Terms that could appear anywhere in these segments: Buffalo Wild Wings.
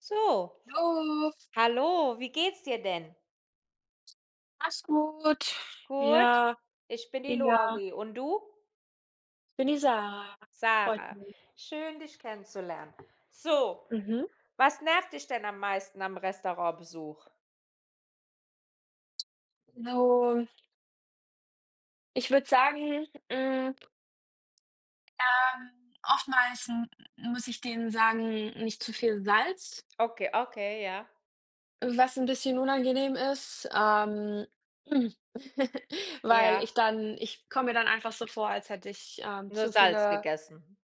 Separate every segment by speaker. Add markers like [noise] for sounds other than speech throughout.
Speaker 1: So,
Speaker 2: Hallo,
Speaker 1: hallo, wie geht's dir denn?
Speaker 2: mach's gut.
Speaker 1: Gut,
Speaker 2: Ja,
Speaker 1: ich bin die
Speaker 2: ja,
Speaker 1: Lori und du?
Speaker 2: ich bin die Sarah. Freut
Speaker 1: Sarah.
Speaker 2: mich.
Speaker 1: Schön, dich kennenzulernen. So,
Speaker 2: Mhm.
Speaker 1: was nervt dich denn am meisten am Restaurantbesuch?
Speaker 2: So, ich würde sagen, oftmals m muss ich denen sagen, nicht zu viel Salz,
Speaker 1: Okay, okay, ja.
Speaker 2: was ein bisschen unangenehm ist, [laughs] weil
Speaker 1: Ja,
Speaker 2: ich komme mir dann einfach so vor, als hätte ich,
Speaker 1: nur
Speaker 2: zu
Speaker 1: Salz
Speaker 2: viele.
Speaker 1: gegessen.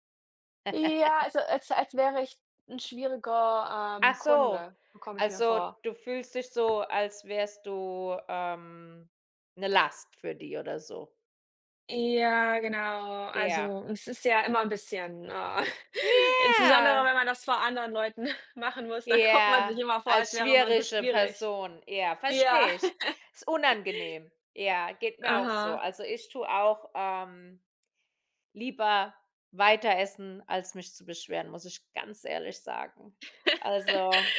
Speaker 2: Ja, also, als wäre ich ein schwieriger,
Speaker 1: Ach so,
Speaker 2: Kunde, so komme ich mir
Speaker 1: also
Speaker 2: vor.
Speaker 1: du fühlst dich so, als wärst du 'ne Last für die oder so.
Speaker 2: Ja, genau.
Speaker 1: Ja.
Speaker 2: Also, es ist ja immer ein bisschen, [laughs] insbesondere,
Speaker 1: Ja.
Speaker 2: wenn man das vor anderen Leuten [laughs] machen muss, dann kommt man sich
Speaker 1: Ja,
Speaker 2: immer vor, als
Speaker 1: als
Speaker 2: wäre man so
Speaker 1: schwierige
Speaker 2: schwierig.
Speaker 1: Person. Ja,
Speaker 2: Ja.
Speaker 1: verstehe ich.
Speaker 2: [laughs]
Speaker 1: Ist unangenehm. Ja, geht mir auch so.
Speaker 2: Aha.
Speaker 1: Also, ich tue auch, lieber weiter essen, als mich zu beschweren, muss ich ganz ehrlich sagen. Also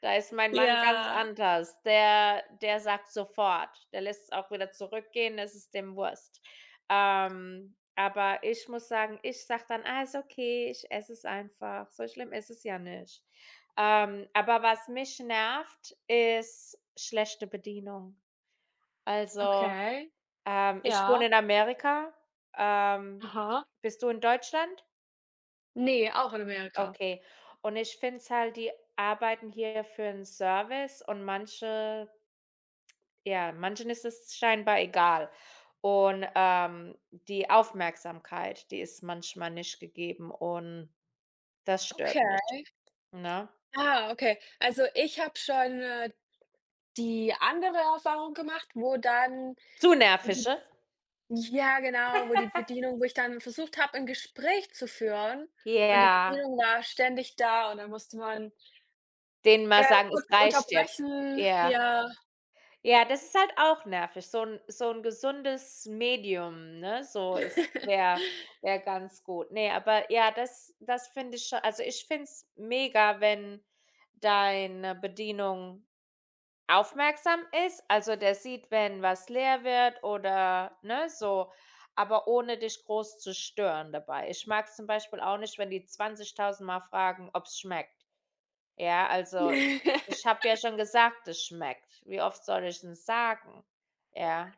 Speaker 1: da ist mein Mann ganz
Speaker 2: Ja.
Speaker 1: anders. Der sagt sofort. Der lässt es auch wieder zurückgehen, das ist dem Wurst. Aber ich muss sagen, ich sage dann: „Ah, ist okay, ich esse es einfach. So schlimm ist es ja nicht.“ Aber was mich nervt, ist schlechte Bedienung. Also,
Speaker 2: Okay.
Speaker 1: ich wohne
Speaker 2: Ja.
Speaker 1: in Amerika. Ähm,
Speaker 2: Aha.
Speaker 1: bist du in Deutschland?
Speaker 2: Ne, auch in Amerika.
Speaker 1: Okay. Und ich finde es halt, die arbeiten hier für 'n Service und manche. Ja, manchen ist es scheinbar egal. Und, die Aufmerksamkeit, die ist manchmal nicht gegeben und das stört mich,
Speaker 2: Okay.
Speaker 1: ne?
Speaker 2: Ah, okay. Also, ich habe schon, die andere Erfahrung gemacht, wo dann
Speaker 1: Zu nervische,
Speaker 2: ja, genau, wo die Bedienung wo ich dann versucht habe, ein Gespräch zu führen, und die
Speaker 1: ja,
Speaker 2: Bedienung war ständig da und dann musste man,
Speaker 1: denen mal sagen: „Es
Speaker 2: kurz
Speaker 1: reicht jetzt.“
Speaker 2: unterbrechen,
Speaker 1: Ja.
Speaker 2: ja.
Speaker 1: Ja, das ist halt auch nervig. So ein gesundes Medium, ne, so ist,
Speaker 2: [laughs]
Speaker 1: wäre ganz gut. Nee, aber ja, das finde ich scho also, ich finde es mega, wenn deine Bedienung aufmerksam ist, also der sieht, wenn was leer wird, oder, ne, so, aber ohne dich groß zu stören dabei. Ich mag's zum Beispiel auch nicht, wenn die 20.000 Mal fragen, ob's schmeckt. Ja, also, ich habe ja schon gesagt, es schmeckt. Wie oft soll ich denn sagen? Ja.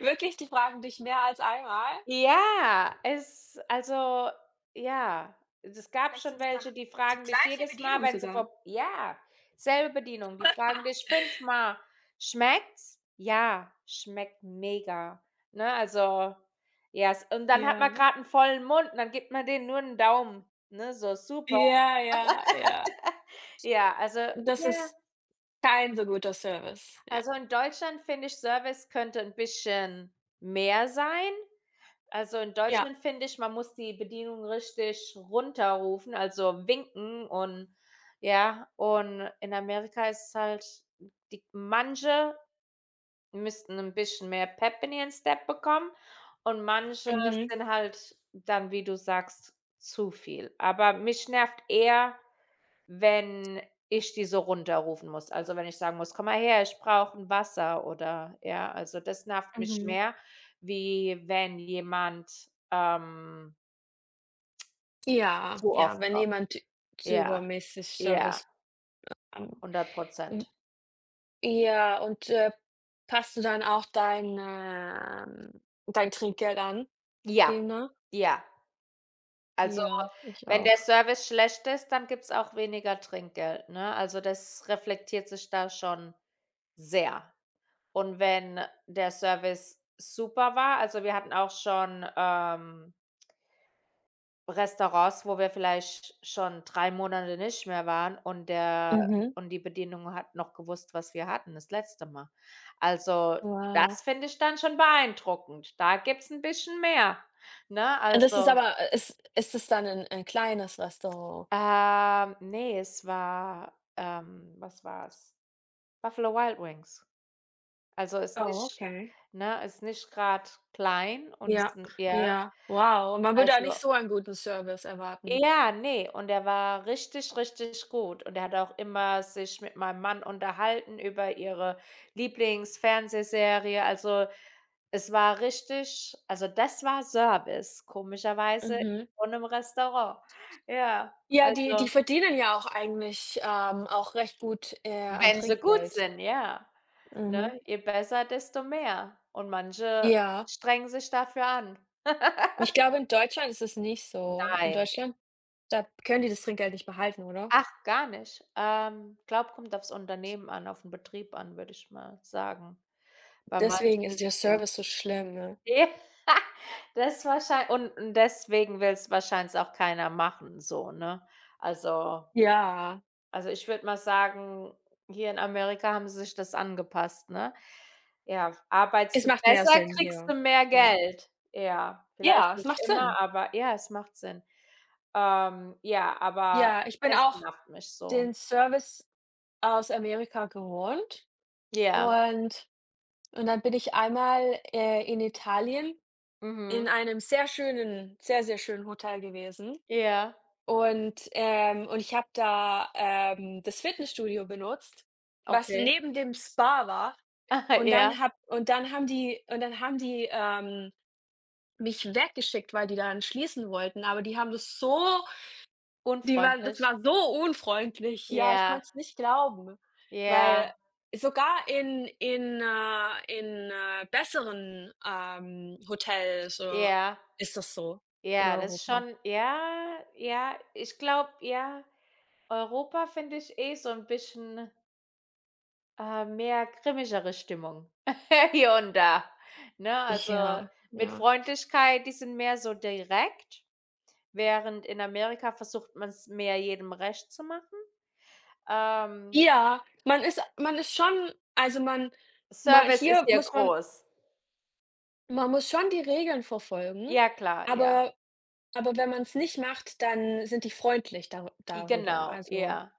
Speaker 2: Wirklich, die fragen dich mehr als einmal.
Speaker 1: Ja, es also, ja, es gab
Speaker 2: Vielleicht
Speaker 1: schon
Speaker 2: sind es dann
Speaker 1: welche, die
Speaker 2: die
Speaker 1: fragen dich
Speaker 2: gleiche
Speaker 1: jedes Mal,
Speaker 2: Bedienung
Speaker 1: wenn sie
Speaker 2: sogar.
Speaker 1: vor, ja, selbe Bedienung, die fragen dich
Speaker 2: [laughs]
Speaker 1: fünfmal: „Schmeckt's?“ „Ja, schmeckt mega.“ Ne, also, ja, s und dann hat man
Speaker 2: Ja.
Speaker 1: gerade einen vollen Mund und dann gibt man denen nur einen Daumen, ne, so: „Super.“
Speaker 2: Ja, ja, ja.
Speaker 1: Ja, also,
Speaker 2: Das
Speaker 1: ja,
Speaker 2: ist kein so guter Service. Ja.
Speaker 1: also, in Deutschland finde ich, Service könnte ein bisschen mehr sein. Also, in
Speaker 2: Ja.
Speaker 1: Deutschland finde ich, man muss die Bedienung richtig runterrufen, also winken und, ja, und in Amerika ist es halt die manche müssten ein bisschen mehr Pep in ihren Step bekommen und manche
Speaker 2: Mhm.
Speaker 1: sind halt dann, wie du sagst, zu viel. Aber mich nervt eher, wenn ich die so runterrufen muss. Also, wenn ich sagen muss: „Komm mal her, ich brauche ein Wasser“, oder, ja, also, das nervt mich
Speaker 2: Mhm.
Speaker 1: mehr, wie wenn jemand,
Speaker 2: Ja,
Speaker 1: zu oft
Speaker 2: ja, wenn
Speaker 1: kommt.
Speaker 2: jemand ü
Speaker 1: Ja,
Speaker 2: übermäßig
Speaker 1: ja,
Speaker 2: Service,
Speaker 1: hundert
Speaker 2: ähm,
Speaker 1: Prozent.
Speaker 2: ja. Und, passt du dann auch dein Trinkgeld an
Speaker 1: Ja,
Speaker 2: demnach?
Speaker 1: ja. Also,
Speaker 2: Ja, ich
Speaker 1: wenn
Speaker 2: auch.
Speaker 1: der Service schlecht ist, dann gibt's auch weniger Trinkgeld, ne? Also, das reflektiert sich da schon sehr. Und wenn der Service super war, also, wir hatten auch schon, Restaurants, wo wir vielleicht schon drei Monate nicht mehr waren
Speaker 2: Mhm,
Speaker 1: und die Bedienung hat noch gewusst, was wir hatten das letzte Mal. Also,
Speaker 2: wow.
Speaker 1: das finde ich dann schon beeindruckend. Da gibt's 'n bisschen mehr, ne?
Speaker 2: Und das ist
Speaker 1: Also,
Speaker 2: aber, ist es dann 'n ein kleines Restaurant?
Speaker 1: ne, es war, was war's? Buffalo Wild Wings. Also, ist
Speaker 2: Oh,
Speaker 1: nicht,
Speaker 2: okay.
Speaker 1: ne, ist nicht grad klein und ist
Speaker 2: Ja,
Speaker 1: 'n, ja,
Speaker 2: ja, wow. Und man würde da nicht
Speaker 1: also.
Speaker 2: so einen guten Service erwarten.
Speaker 1: Ja, nee, und er war richtig, richtig gut. Und er hat auch immer sich mit meinem Mann unterhalten über ihre Lieblingsfernsehserie. Also, es war richtig, also, das war Service, komischerweise
Speaker 2: Mhm.
Speaker 1: von einem Restaurant. Ja,
Speaker 2: Ja, die die
Speaker 1: also,
Speaker 2: verdienen ja auch eigentlich, auch recht gut, an
Speaker 1: wenn sie gut
Speaker 2: Trinkgeld.
Speaker 1: sind, ja. Ne,
Speaker 2: Mhm.
Speaker 1: je besser, desto mehr. Und manche
Speaker 2: Ja.
Speaker 1: strengen sich dafür an.
Speaker 2: Ich glaube, in Deutschland ist es nicht so. In
Speaker 1: Nein.
Speaker 2: Deutschland, da können die das Trinkgeld nicht behalten, oder?
Speaker 1: Ach, gar nicht. Glaube, kommt aufs Unternehmen an, auf den Betrieb an, würde ich mal sagen. Bei manchen,
Speaker 2: Deswegen ist der
Speaker 1: ja.
Speaker 2: Service so schlimm, ne?
Speaker 1: Ne, das wahrschei und deswegen will's wahrscheinlich auch keiner machen so, ne? Also
Speaker 2: Ja,
Speaker 1: also, ich würde mal sagen, hier in Amerika haben sie sich das angepasst, ne? Ja, arbeitest
Speaker 2: es
Speaker 1: du
Speaker 2: macht mehr
Speaker 1: besser,
Speaker 2: Sinn
Speaker 1: kriegst du
Speaker 2: hier,
Speaker 1: mehr
Speaker 2: ja.
Speaker 1: Geld. Ja, vielleicht
Speaker 2: Ja, es
Speaker 1: nicht
Speaker 2: macht
Speaker 1: immer,
Speaker 2: Sinn.
Speaker 1: aber ja, es macht Sinn. Ja, aber
Speaker 2: Ja, ich bin
Speaker 1: das
Speaker 2: auch
Speaker 1: nervt mich so.
Speaker 2: den Service aus Amerika gewohnt,
Speaker 1: Ja,
Speaker 2: und und dann bin ich einmal, in Italien in
Speaker 1: mhm.
Speaker 2: einem sehr schönen, sehr, sehr schönen Hotel gewesen,
Speaker 1: Ja,
Speaker 2: und ich habe da, das Fitnessstudio benutzt, was
Speaker 1: okay.
Speaker 2: neben dem Spa war.
Speaker 1: [laughs] Ja,
Speaker 2: Und dann haben die, mich weggeschickt, weil die dann schließen wollten, aber die haben das so, die waren das
Speaker 1: unfreundlich.
Speaker 2: war so unfreundlich. Ja, ich
Speaker 1: Ja,
Speaker 2: konnte es nicht glauben,
Speaker 1: ja,
Speaker 2: weil sogar in besseren, Hotels,
Speaker 1: ja.
Speaker 2: ist das so in
Speaker 1: Ja, das ist
Speaker 2: Europa.
Speaker 1: schon, ja, ja, ich glaube, ja, Europa finde ich eh so ein bisschen, mehr grimmigere Stimmung [laughs] hier und da, ne? Also,
Speaker 2: Ja,
Speaker 1: mit
Speaker 2: ja.
Speaker 1: Freundlichkeit, die sind mehr so direkt, während in Amerika versucht man es mehr jedem recht zu machen. Ähm,
Speaker 2: Ja, man ist schon. Also, man ma
Speaker 1: Service ist
Speaker 2: hier
Speaker 1: hier
Speaker 2: muss man
Speaker 1: groß.
Speaker 2: man muss schon die Regeln verfolgen,
Speaker 1: Ja klar, ja.
Speaker 2: aber Aber wenn man es nicht macht, dann sind die freundlich dar
Speaker 1: I
Speaker 2: darüber.
Speaker 1: genau,
Speaker 2: Also
Speaker 1: ja.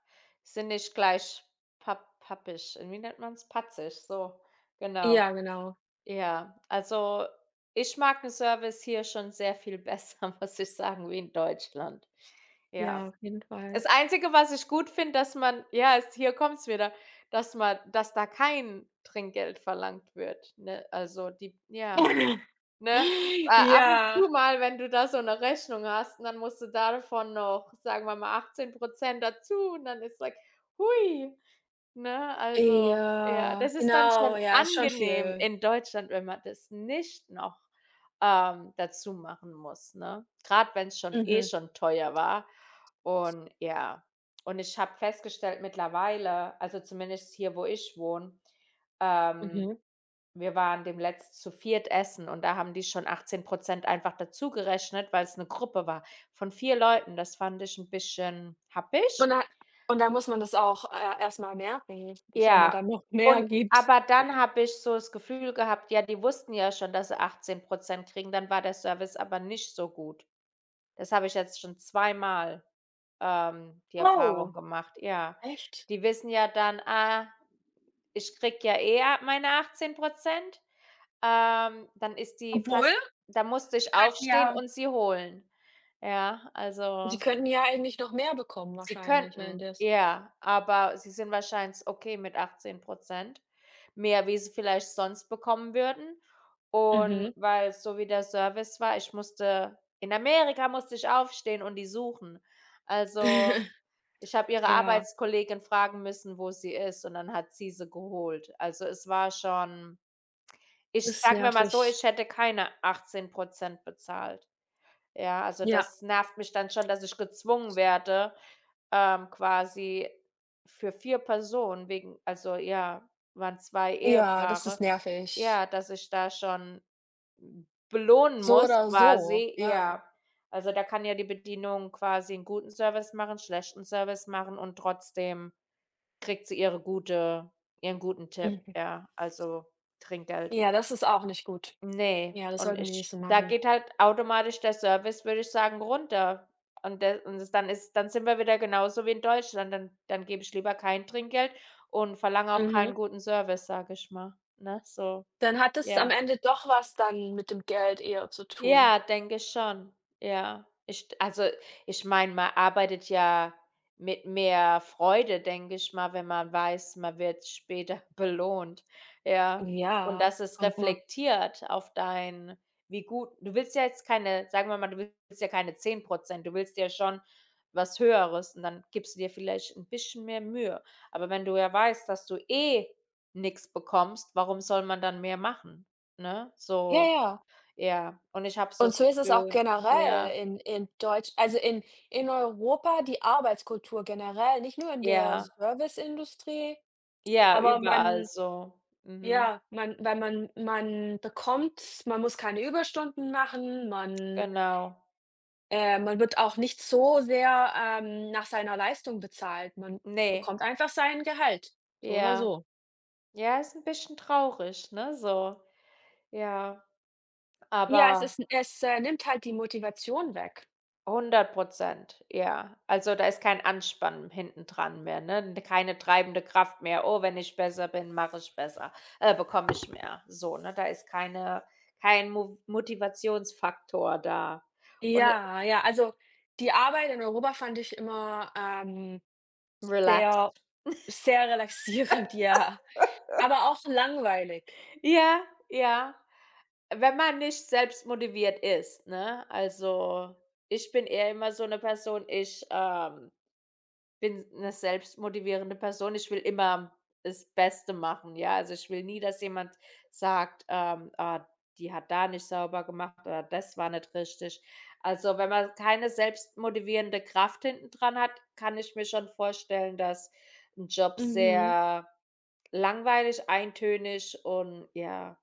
Speaker 1: Sind nicht gleich pappisch. Wie nennt man es? Patzig, so, genau.
Speaker 2: ja, genau.
Speaker 1: Ja, also, ich mag den Service hier schon sehr viel besser, [laughs] muss ich sagen, wie in Deutschland. Ja.
Speaker 2: Ja, auf jeden Fall.
Speaker 1: Das Einzige, was ich gut finde, dass man, ja, es hier kommt's wieder, dass da kein Trinkgeld verlangt wird, ne? Also, die, ja,
Speaker 2: [laughs]
Speaker 1: ne? Ab
Speaker 2: Ja,
Speaker 1: und zu mal, wenn du da so eine Rechnung hast und dann musst du davon noch, sagen wir mal, achtzehn Prozent dazu und dann ist like: „Hui!“ Ne, also, ja,
Speaker 2: ja,
Speaker 1: das ist dann
Speaker 2: genau,
Speaker 1: schon
Speaker 2: ja, ist schon
Speaker 1: angenehm
Speaker 2: viel.
Speaker 1: in Deutschland, wenn man das nicht noch, dazu machen muss, ne? Gerade wenn es schon eh
Speaker 2: Mhm,
Speaker 1: schon teuer war und ja. Und ich habe festgestellt mittlerweile, also zumindest hier, wo ich wohne, ähm,
Speaker 2: mhm.
Speaker 1: wir waren demnletzt zu viert essen und da haben die schon 18 einfach dazu gerechnet, weil es eine Gruppe war von vier Leuten. Das fand ich ein bisschen happig.
Speaker 2: Und da und da muss man das auch, erst mal merken, bevor man
Speaker 1: Ja,
Speaker 2: dann noch mehr
Speaker 1: und
Speaker 2: gibt.
Speaker 1: aber dann habe ich so das Gefühl gehabt, ja, die wussten ja schon, dass sie achtzehn Prozent kriegen, dann war der Service aber nicht so gut. Das habe ich jetzt schon zweimal, die Erfahrung
Speaker 2: Oh,
Speaker 1: gemacht, ja.
Speaker 2: echt?
Speaker 1: Die wissen ja dann: „Ah, ich kriege ja eh a meine 18%“, dann ist die
Speaker 2: Obwohl,
Speaker 1: fast, da musste
Speaker 2: sie
Speaker 1: ich
Speaker 2: könnten
Speaker 1: aufstehen
Speaker 2: ja
Speaker 1: und sie holen. Ja,
Speaker 2: die
Speaker 1: also,
Speaker 2: könnten ja eigentlich noch mehr bekommen
Speaker 1: Sie
Speaker 2: wahrscheinlich, wenn
Speaker 1: könnten,
Speaker 2: das.
Speaker 1: ja, aber sie sind wahrscheinlich okay mit 18, mehr wie sie vielleicht sonst bekommen würden. Und
Speaker 2: Mhm.
Speaker 1: weil so wie der Service war, ich musste in Amerika musste ich aufstehen und die suchen. Also,
Speaker 2: [laughs]
Speaker 1: ich habe ihre
Speaker 2: Ja,
Speaker 1: Arbeitskollegin fragen müssen, wo sie ist, und dann hat sie sie geholt. Also, es war schon,
Speaker 2: das
Speaker 1: ich
Speaker 2: ist
Speaker 1: sagen wir mal so,
Speaker 2: nervig.
Speaker 1: ich hätte keine 18 bezahlt. Ja, also
Speaker 2: Ja.
Speaker 1: das nervt mich dann schon, dass ich gezwungen werde, quasi für vier Personen wegen, also, ja, waren zwei
Speaker 2: Ja, das ist
Speaker 1: Ehepaare. Ja,
Speaker 2: nervig.
Speaker 1: dass ich da schon belohnen
Speaker 2: So
Speaker 1: muss
Speaker 2: oder so,
Speaker 1: quasi,
Speaker 2: ja.
Speaker 1: ja. Also, da kann ja die Bedienung quasi einen guten Service machen, schlechten Service machen und trotzdem kriegt sie ihren guten Tipp,
Speaker 2: Mhm.
Speaker 1: ja, also, Trinkgeld.
Speaker 2: Ja, das ist auch nicht gut.
Speaker 1: Ne,
Speaker 2: Ja, das
Speaker 1: und
Speaker 2: sollten die nicht
Speaker 1: ich,
Speaker 2: so
Speaker 1: da
Speaker 2: machen.
Speaker 1: geht halt automatisch der Service, würde ich sagen, runter. Und das dann ist, dann sind wir wieder genauso wie in Deutschland. Dann gebe ich lieber kein Trinkgeld und verlange auch keinen
Speaker 2: Mhm.
Speaker 1: guten Service, sage ich mal, ne, so,
Speaker 2: Dann hat es am
Speaker 1: ja.
Speaker 2: Ende doch was dann mit dem Geld eher zu tun.
Speaker 1: Ja, denke schon. Ja. Ich, also, ich meine, man arbeitet ja mit mehr Freude, denke ich mal, wenn man weiß, man wird später [laughs] belohnt. Ja. Und
Speaker 2: Ja,
Speaker 1: dass es
Speaker 2: und man.
Speaker 1: reflektiert auf dein, wie gut du willst, ja, jetzt keine, sagen wir mal, du willst ja keine zehn Prozent. Du willst ja schon was Höheres und dann gibst du dir vielleicht ein bisschen mehr Mühe. Aber wenn du ja weißt, dass du eh nichts bekommst, warum soll man dann mehr machen, ne?
Speaker 2: Ja,
Speaker 1: So,
Speaker 2: ja.
Speaker 1: ja, und ich habe so
Speaker 2: Und
Speaker 1: das
Speaker 2: so ist es auch
Speaker 1: Gefühl, ja,
Speaker 2: generell in Deutsch, also, in Europa die Arbeitskultur generell, nicht nur in der
Speaker 1: ja,
Speaker 2: Serviceindustrie,
Speaker 1: ja,
Speaker 2: aber
Speaker 1: überall
Speaker 2: man
Speaker 1: so. Mhm,
Speaker 2: ja, man muss keine Überstunden machen, man.
Speaker 1: genau.
Speaker 2: Man wird auch nicht so sehr, nach seiner Leistung bezahlt. Man
Speaker 1: Ne,
Speaker 2: bekommt einfach sein Gehalt, so oder
Speaker 1: ja.
Speaker 2: so.
Speaker 1: Ja, ist 'n bisschen traurig, ne, so. Ja,
Speaker 2: Ja,
Speaker 1: aber
Speaker 2: es nimmt halt die Motivation weg.
Speaker 1: hundert Prozent, ja. Also, da ist kein Anspannen hinten dran mehr, ne? Keine treibende Kraft mehr: „Oh, wenn ich besser bin, mache ich besser, bekomme ich mehr.“ So, ne? Da ist kein Mo Motivationsfaktor da und
Speaker 2: Ja, ja, also, die Arbeit in Europa fand ich immer, sehr,
Speaker 1: relaxed.
Speaker 2: sehr relaxierend, [laughs] ja, aber auch langweilig.
Speaker 1: Ja, ja. Wenn man nicht selbst motiviert ist, ne? Also, ich bin eher immer so eine Person, ich, bin 'ne selbstmotivierende Person. Ich will immer das Beste machen, ja? Also, ich will nie, dass jemand sagt, „Ah, die hat da nicht sauber gemacht“ oder „das war nicht richtig.“ Also, wenn man keine selbstmotivierende Kraft hinten dran hat, kann ich mir schon vorstellen, dass ein Job
Speaker 2: Mhm,
Speaker 1: sehr langweilig, eintönig und, ja,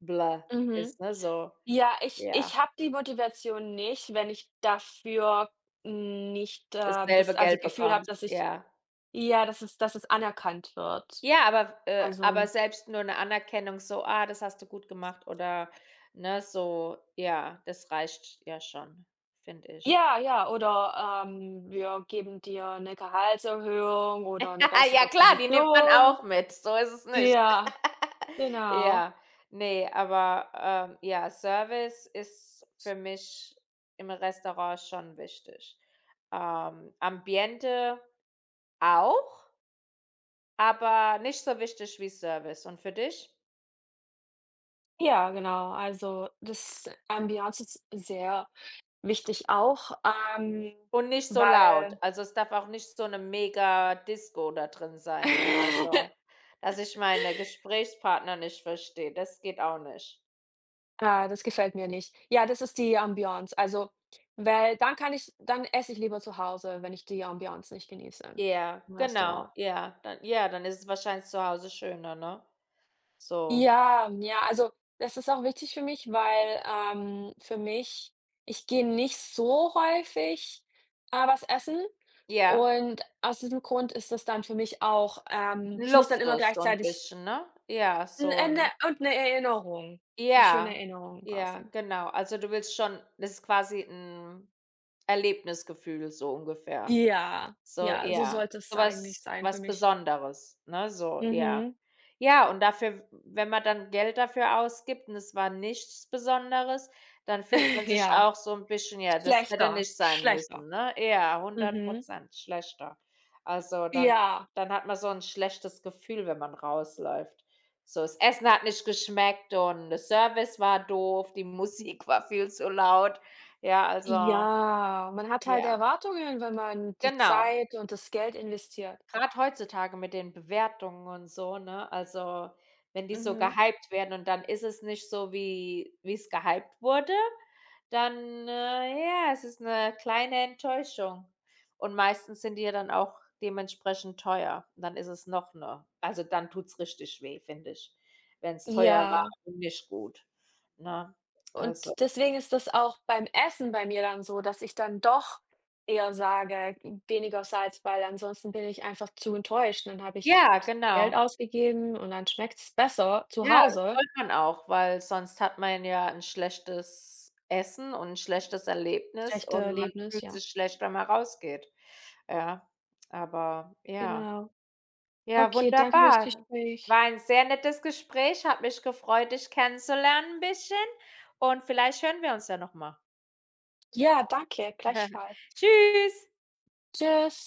Speaker 1: bläh
Speaker 2: mhm.
Speaker 1: ist, ne, so.
Speaker 2: Ja, ich
Speaker 1: Ja,
Speaker 2: ich habe die Motivation nicht, wenn ich dafür nicht, das,
Speaker 1: dasselbe
Speaker 2: also,
Speaker 1: Geld
Speaker 2: Gefühl habe,
Speaker 1: bekommst,
Speaker 2: dass ich,
Speaker 1: ja.
Speaker 2: ja, dass es anerkannt wird.
Speaker 1: Ja, aber
Speaker 2: Also,
Speaker 1: selbst nur 'ne Anerkennung so: „Ah, das hast du gut gemacht“, oder, ne, so, ja, das reicht ja schon, finde ich.
Speaker 2: ja, ja, oder, wir geben dir eine Gehaltserhöhung oder eine
Speaker 1: [laughs] Ja
Speaker 2: bessere
Speaker 1: klar, die nimmt man
Speaker 2: Position.
Speaker 1: auch mit, so ist es nicht.
Speaker 2: Ja,
Speaker 1: [laughs]
Speaker 2: genau.
Speaker 1: Ja, ne, aber, ja, Service ist für mich im Restaurant schon wichtig. Ambiente auch, aber nicht so wichtig wie Service. Und für dich?
Speaker 2: Ja, genau. Also, das Ambiance ist sehr wichtig auch, ähm,
Speaker 1: Und nicht so laut.
Speaker 2: weil
Speaker 1: Also, es darf auch nicht so 'ne Mega-Disco da drin sein, ne?
Speaker 2: [laughs]
Speaker 1: Also, dass ich meine Gesprächspartner nicht verstehe, das geht auch nicht.
Speaker 2: ah, das gefällt mir nicht. Ja, das ist die Ambiance. Also, weil dann esse ich lieber zu Hause, wenn ich die Ambiance nicht genieße
Speaker 1: Ja,
Speaker 2: im
Speaker 1: genau,
Speaker 2: Restaurant.
Speaker 1: ja. Dann, ja, dann ist es wahrscheinlich zu Hause schöner, ne? So.
Speaker 2: Ja, ja, also, das ist auch wichtig für mich, weil, für mich ich gehe nicht so häufig, was essen,
Speaker 1: Ja,
Speaker 2: und aus diesem Grund ist das dann für mich auch,
Speaker 1: 'n
Speaker 2: es muss dann immer
Speaker 1: Luxus so 'n
Speaker 2: gleichzeitig
Speaker 1: bisschen, ne? Ja,
Speaker 2: ein
Speaker 1: so 'n,
Speaker 2: Ende und eine Erinnerung, eine schöne
Speaker 1: ja,
Speaker 2: Erinnerung
Speaker 1: ja,
Speaker 2: quasi.
Speaker 1: genau. Also, du willst schon, das ist quasi 'n Erlebnisgefühl so ungefähr.
Speaker 2: Ja,
Speaker 1: So,
Speaker 2: ja, so
Speaker 1: ja.
Speaker 2: sollte es
Speaker 1: So
Speaker 2: eigentlich
Speaker 1: was
Speaker 2: sein für
Speaker 1: was
Speaker 2: mich.
Speaker 1: Besonderes, ne? So, ja.
Speaker 2: Mhm.
Speaker 1: Ja, und dafür, wenn man dann Geld dafür ausgibt und es war nichts Besonderes, dann fühlt man
Speaker 2: [laughs]
Speaker 1: sich
Speaker 2: Ja,
Speaker 1: auch so 'n bisschen, ja, das hätte
Speaker 2: schlechter,
Speaker 1: nicht sein
Speaker 2: schlechter.
Speaker 1: müssen, ne? Ja, hundert
Speaker 2: Mhm.
Speaker 1: Prozent schlechter. Also, dann
Speaker 2: Ja.
Speaker 1: hat man so 'n schlechtes Gefühl, wenn man rausläuft. So, das Essen hat nicht geschmeckt und der Service war doof, die Musik war viel zu laut. Ja, also,
Speaker 2: Ja, man hat halt
Speaker 1: ja,
Speaker 2: Erwartungen, wenn man die
Speaker 1: genau.
Speaker 2: Zeit und das Geld investiert.
Speaker 1: Gerade heutzutage mit den Bewertungen und so, ne? Also, wenn die so
Speaker 2: Mhm.
Speaker 1: gehypt werden und dann ist es nicht so, wie es gehypt wurde, dann, ja, es ist 'ne kleine Enttäuschung. Und meistens sind die ja dann auch dementsprechend teuer. Dann ist es noch 'ne, also, dann tut's richtig weh, finde ich, wenn's teuer war
Speaker 2: Ja,
Speaker 1: und nicht gut, ne? Also,
Speaker 2: und deswegen ist das auch beim Essen bei mir dann so, dass ich dann doch eher sage: „Weniger Salz", weil ansonsten bin ich einfach zu enttäuscht. Dann habe ich
Speaker 1: ja,
Speaker 2: Geld
Speaker 1: genau.
Speaker 2: ausgegeben und dann schmeckt's besser zu
Speaker 1: Ja, das
Speaker 2: Hause.
Speaker 1: sollte man auch, weil sonst hat man ja 'n schlechtes Essen und 'n schlechtes
Speaker 2: Das
Speaker 1: Erlebnis
Speaker 2: echte
Speaker 1: und man
Speaker 2: Erlebnis,
Speaker 1: fühlt
Speaker 2: ja.
Speaker 1: sich schlecht, wenn man rausgeht. Ja, aber ja.
Speaker 2: Genau.
Speaker 1: Ja,
Speaker 2: Okay, danke fürs
Speaker 1: wunderbar. War
Speaker 2: Gespräch.
Speaker 1: ein sehr nettes Gespräch. Hat mich gefreut, dich kennenzulernen 'n bisschen und vielleicht hören wir uns ja noch mal.
Speaker 2: Ja, danke,
Speaker 1: [laughs]
Speaker 2: gleichfalls.
Speaker 1: Tschüss.
Speaker 2: Tschüss.